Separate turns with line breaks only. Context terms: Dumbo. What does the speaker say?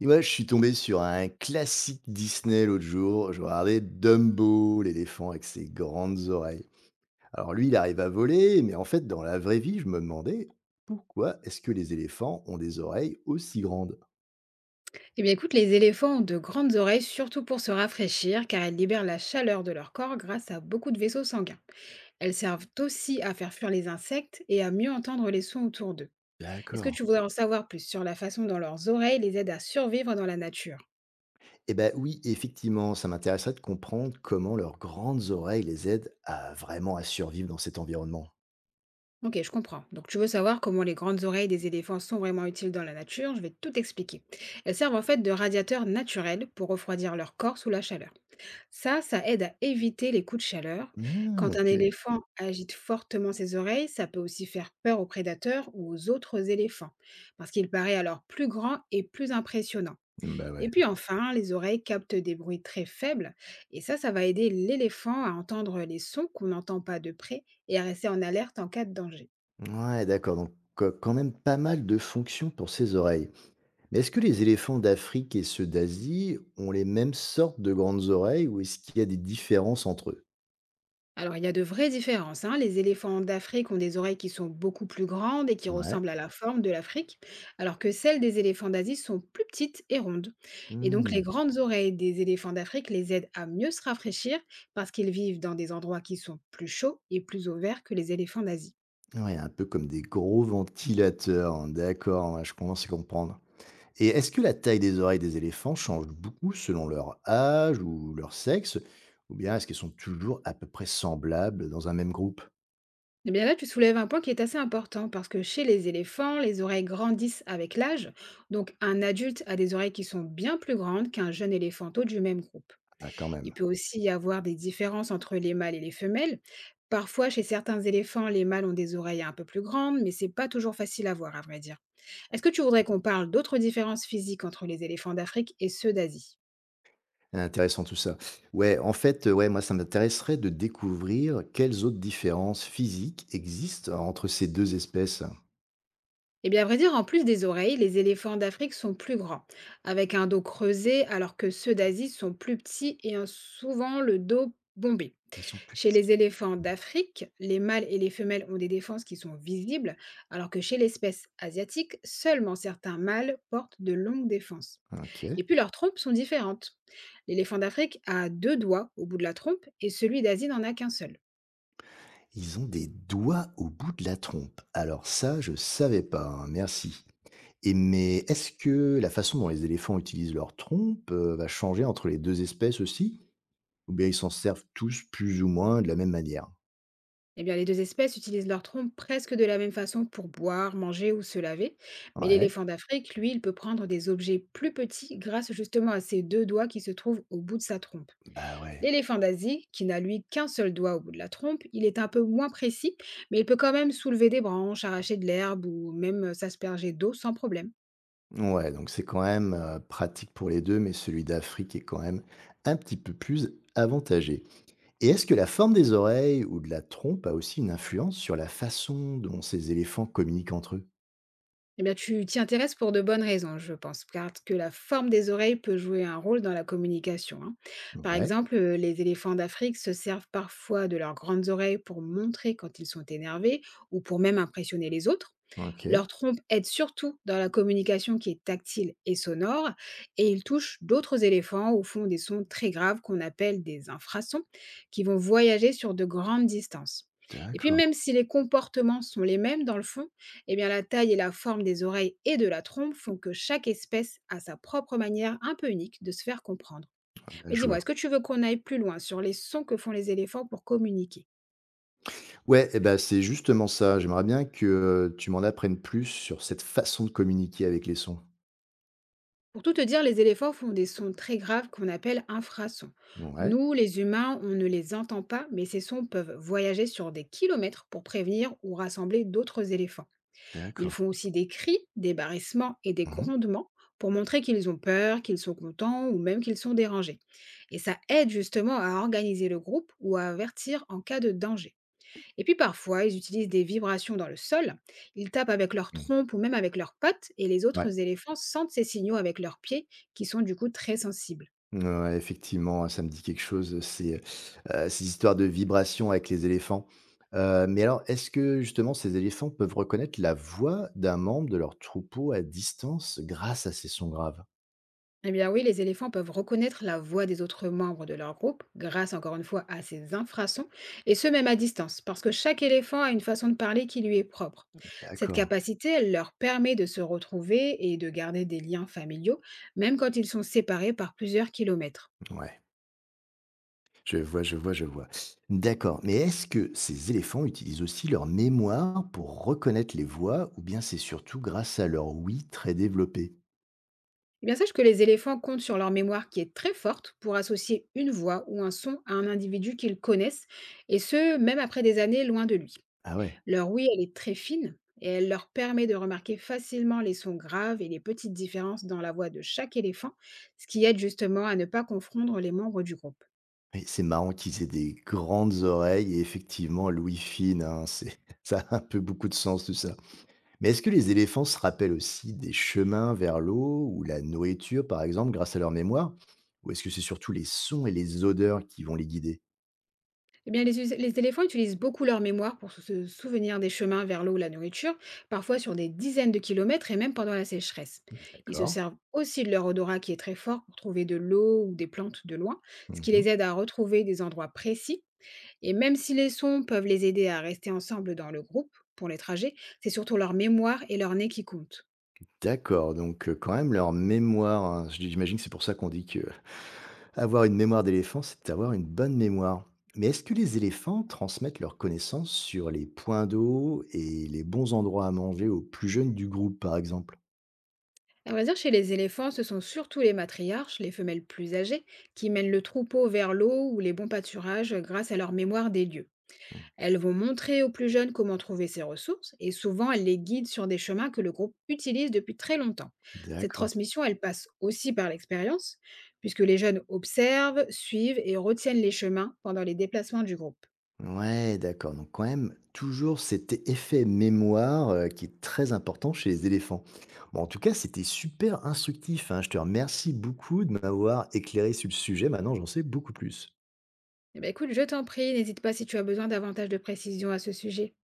Et ouais, je suis tombé sur un classique Disney l'autre jour. Je regardais Dumbo, l'éléphant avec ses grandes oreilles. Alors lui, il arrive à voler, mais en fait, dans la vraie vie, je me demandais pourquoi est-ce que les éléphants ont des oreilles aussi grandes.
Eh bien écoute, les éléphants ont de grandes oreilles, surtout pour se rafraîchir, car elles libèrent la chaleur de leur corps grâce à beaucoup de vaisseaux sanguins. Elles servent aussi à faire fuir les insectes et à mieux entendre les sons autour d'eux. Est-ce que
D'accord.
tu voudrais en savoir plus sur la façon dont leurs oreilles les aident à survivre dans la nature?
Eh ben oui, effectivement, ça m'intéresserait de comprendre comment leurs grandes oreilles les aident à vraiment à survivre dans cet environnement.
Ok, je comprends. Donc tu veux savoir comment les grandes oreilles des éléphants sont vraiment utiles dans la nature? Je vais tout expliquer. Elles servent en fait de radiateurs naturels pour refroidir leur corps sous la chaleur. Ça aide à éviter les coups de chaleur.
Ah,
Quand un
ok.
éléphant agite fortement ses oreilles, ça peut aussi faire peur aux prédateurs ou aux autres éléphants, parce qu'il paraît alors plus grand et plus impressionnant.
Bah ouais.
Et puis enfin, les oreilles captent des bruits très faibles, et ça va aider l'éléphant à entendre les sons qu'on n'entend pas de près et à rester en alerte en cas de danger.
Ouais, d'accord. Donc, quand même pas mal de fonctions pour ces oreilles. Mais est-ce que les éléphants d'Afrique et ceux d'Asie ont les mêmes sortes de grandes oreilles ou est-ce qu'il y a des différences entre eux?
Alors, il y a de vraies différences, hein. Les éléphants d'Afrique ont des oreilles qui sont beaucoup plus grandes et qui
Ouais.
ressemblent à la forme de l'Afrique, alors que celles des éléphants d'Asie sont plus petites et rondes. Et donc,
Mmh.
les grandes oreilles des éléphants d'Afrique les aident à mieux se rafraîchir parce qu'ils vivent dans des endroits qui sont plus chauds et plus ouverts que les éléphants d'Asie.
Ouais, un peu comme des gros ventilateurs, hein. D'accord, ouais, je commence à comprendre. Et est-ce que la taille des oreilles des éléphants change beaucoup selon leur âge ou leur sexe? Ou bien est-ce qu'elles sont toujours à peu près semblables dans un même groupe?
Eh bien là, tu soulèves un point qui est assez important parce que chez les éléphants, les oreilles grandissent avec l'âge. Donc, un adulte a des oreilles qui sont bien plus grandes qu'un jeune éléphanteau du même groupe.
Ah, quand même.
Il peut aussi y avoir des différences entre les mâles et les femelles. Parfois, chez certains éléphants, les mâles ont des oreilles un peu plus grandes, mais c'est pas toujours facile à voir, à vrai dire. Est-ce que tu voudrais qu'on parle d'autres différences physiques entre les éléphants d'Afrique et ceux d'Asie?
Intéressant tout ça. Ouais, en fait, ouais, moi, ça m'intéresserait de découvrir quelles autres différences physiques existent entre ces deux espèces.
Eh bien, à vrai dire, en plus des oreilles, les éléphants d'Afrique sont plus grands, avec un dos creusé, alors que ceux d'Asie sont plus petits et ont souvent le dos bombé.
Ils sont plus
Chez
petits.
les éléphants d'Afrique, les mâles et les femelles ont des défenses qui sont visibles, alors que chez l'espèce asiatique, seulement certains mâles portent de longues défenses.
OK.
Et puis leurs trompes sont différentes. L'éléphant d'Afrique a deux doigts au bout de la trompe et celui d'Asie n'en a qu'un seul.
Ils ont des doigts au bout de la trompe. Alors ça, je savais pas, hein, merci. Et mais est-ce que la façon dont les éléphants utilisent leur trompe, va changer entre les 2 espèces aussi? Ou bien ils s'en servent tous plus ou moins de la même manière?
Eh bien, les deux espèces utilisent leurs trompes presque de la même façon pour boire, manger ou se laver, mais
Ouais.
l'éléphant d'Afrique, lui, il peut prendre des objets plus petits grâce justement à ses deux doigts qui se trouvent au bout de sa trompe.
Bah ouais.
L'éléphant d'Asie, qui n'a lui qu'un seul doigt au bout de la trompe, il est un peu moins précis, mais il peut quand même soulever des branches, arracher de l'herbe ou même s'asperger d'eau sans problème.
Ouais, donc c'est quand même, pratique pour les 2, mais celui d'Afrique est quand même un petit peu plus avantagé. Et est-ce que la forme des oreilles ou de la trompe a aussi une influence sur la façon dont ces éléphants communiquent entre eux?
Eh bien, tu t'y intéresses pour de bonnes raisons, je pense, car que la forme des oreilles peut jouer un rôle dans la communication, hein. Par
Ouais.
exemple, les éléphants d'Afrique se servent parfois de leurs grandes oreilles pour montrer quand ils sont énervés ou pour même impressionner les autres.
OK.
Leur trompe aide surtout dans la communication qui est tactile et sonore, et ils touchent d'autres éléphants ou font des sons très graves qu'on appelle des infrasons, qui vont voyager sur de grandes distances. Et puis
D'accord,
même si les comportements sont les mêmes dans le fond, eh bien la taille et la forme des oreilles et de la trompe font que chaque espèce a sa propre manière un peu unique de se faire comprendre.
ouais,
Mais
je
dis-moi,
vois.
est-ce que tu veux qu'on aille plus loin sur les sons que font les éléphants pour communiquer?
Ouais et ben c'est justement ça. J'aimerais bien que, tu m'en apprennes plus sur cette façon de communiquer avec les sons.
Pour tout te dire, les éléphants font des sons très graves qu'on appelle infrasons.
Ouais.
Nous, les humains, on ne les entend pas, mais ces sons peuvent voyager sur des kilomètres pour prévenir ou rassembler d'autres éléphants. Ils
D'accord.
font aussi des cris, des barrissements et des
Mmh mh.
grondements pour montrer qu'ils ont peur, qu'ils sont contents ou même qu'ils sont dérangés. Et ça aide justement à organiser le groupe ou à avertir en cas de danger. Et puis parfois, ils utilisent des vibrations dans le sol, ils tapent avec leur
Mmh.
trompe ou même avec leurs pattes, et les
Ouais.
autres éléphants sentent ces signaux avec leurs pieds, qui sont du coup très sensibles.
Ouais, ouais, effectivement, ça me dit quelque chose, ces histoires de vibrations avec les éléphants. Mais alors, est-ce que justement ces éléphants peuvent reconnaître la voix d'un membre de leur troupeau à distance grâce à ces sons graves?
Eh bien oui, les éléphants peuvent reconnaître la voix des autres membres de leur groupe, grâce encore une fois à ces infrasons, et ce même à distance, parce que chaque éléphant a une façon de parler qui lui est propre. Cette
D'accord.
capacité, elle leur permet de se retrouver et de garder des liens familiaux, même quand ils sont séparés par plusieurs kilomètres.
Ouais. Je vois, je vois, je vois. D'accord, mais est-ce que ces éléphants utilisent aussi leur mémoire pour reconnaître les voix ou bien c'est surtout grâce à leur oui très développé?
Eh bien, sache que les éléphants comptent sur leur mémoire qui est très forte pour associer une voix ou un son à un individu qu'ils connaissent, et ce, même après des années loin de lui.
Ah ouais,
Leur ouïe, elle est très fine et elle leur permet de remarquer facilement les sons graves et les petites différences dans la voix de chaque éléphant, ce qui aide justement à ne pas confondre les membres du groupe.
oui, c'est marrant qu'ils aient des grandes oreilles et effectivement l'ouïe fine, hein, c'est, ça a un peu beaucoup de sens tout ça. Mais est-ce que les éléphants se rappellent aussi des chemins vers l'eau ou la nourriture par exemple grâce à leur mémoire? Ou est-ce que c'est surtout les sons et les odeurs qui vont les guider?
Eh bien, les éléphants utilisent beaucoup leur mémoire pour se souvenir des chemins vers l'eau ou la nourriture, parfois sur des dizaines de kilomètres et même pendant la sécheresse. Ils se
D'accord.
servent aussi de leur odorat qui est très fort pour trouver de l'eau ou des plantes de loin, ce qui les aide à retrouver des endroits précis. Et même si les sons peuvent les aider à rester ensemble dans le groupe pour les trajets, c'est surtout leur mémoire et leur nez qui comptent.
D'accord, donc quand même leur mémoire, hein, j'imagine que c'est pour ça qu'on dit qu'avoir une mémoire d'éléphant, c'est avoir une bonne mémoire. Mais est-ce que les éléphants transmettent leurs connaissances sur les points d'eau et les bons endroits à manger aux plus jeunes du groupe, par exemple?
À vrai dire, chez les éléphants, ce sont surtout les matriarches, les femelles plus âgées, qui mènent le troupeau vers l'eau ou les bons pâturages grâce à leur mémoire des lieux.
Mmh.
Elles vont montrer aux plus jeunes comment trouver ces ressources et souvent elles les guident sur des chemins que le groupe utilise depuis très longtemps. Cette
D'accord.
transmission, elle passe aussi par l'expérience, puisque les jeunes observent, suivent et retiennent les chemins pendant les déplacements du groupe.
Ouais, d'accord, donc quand même toujours cet effet mémoire, qui est très important chez les éléphants. Bon, en tout cas, c'était super instructif, hein. Je te remercie beaucoup de m'avoir éclairé sur le sujet. Maintenant, j'en sais beaucoup plus.
Eh ben, écoute, je t'en prie, n'hésite pas si tu as besoin davantage de précisions à ce sujet.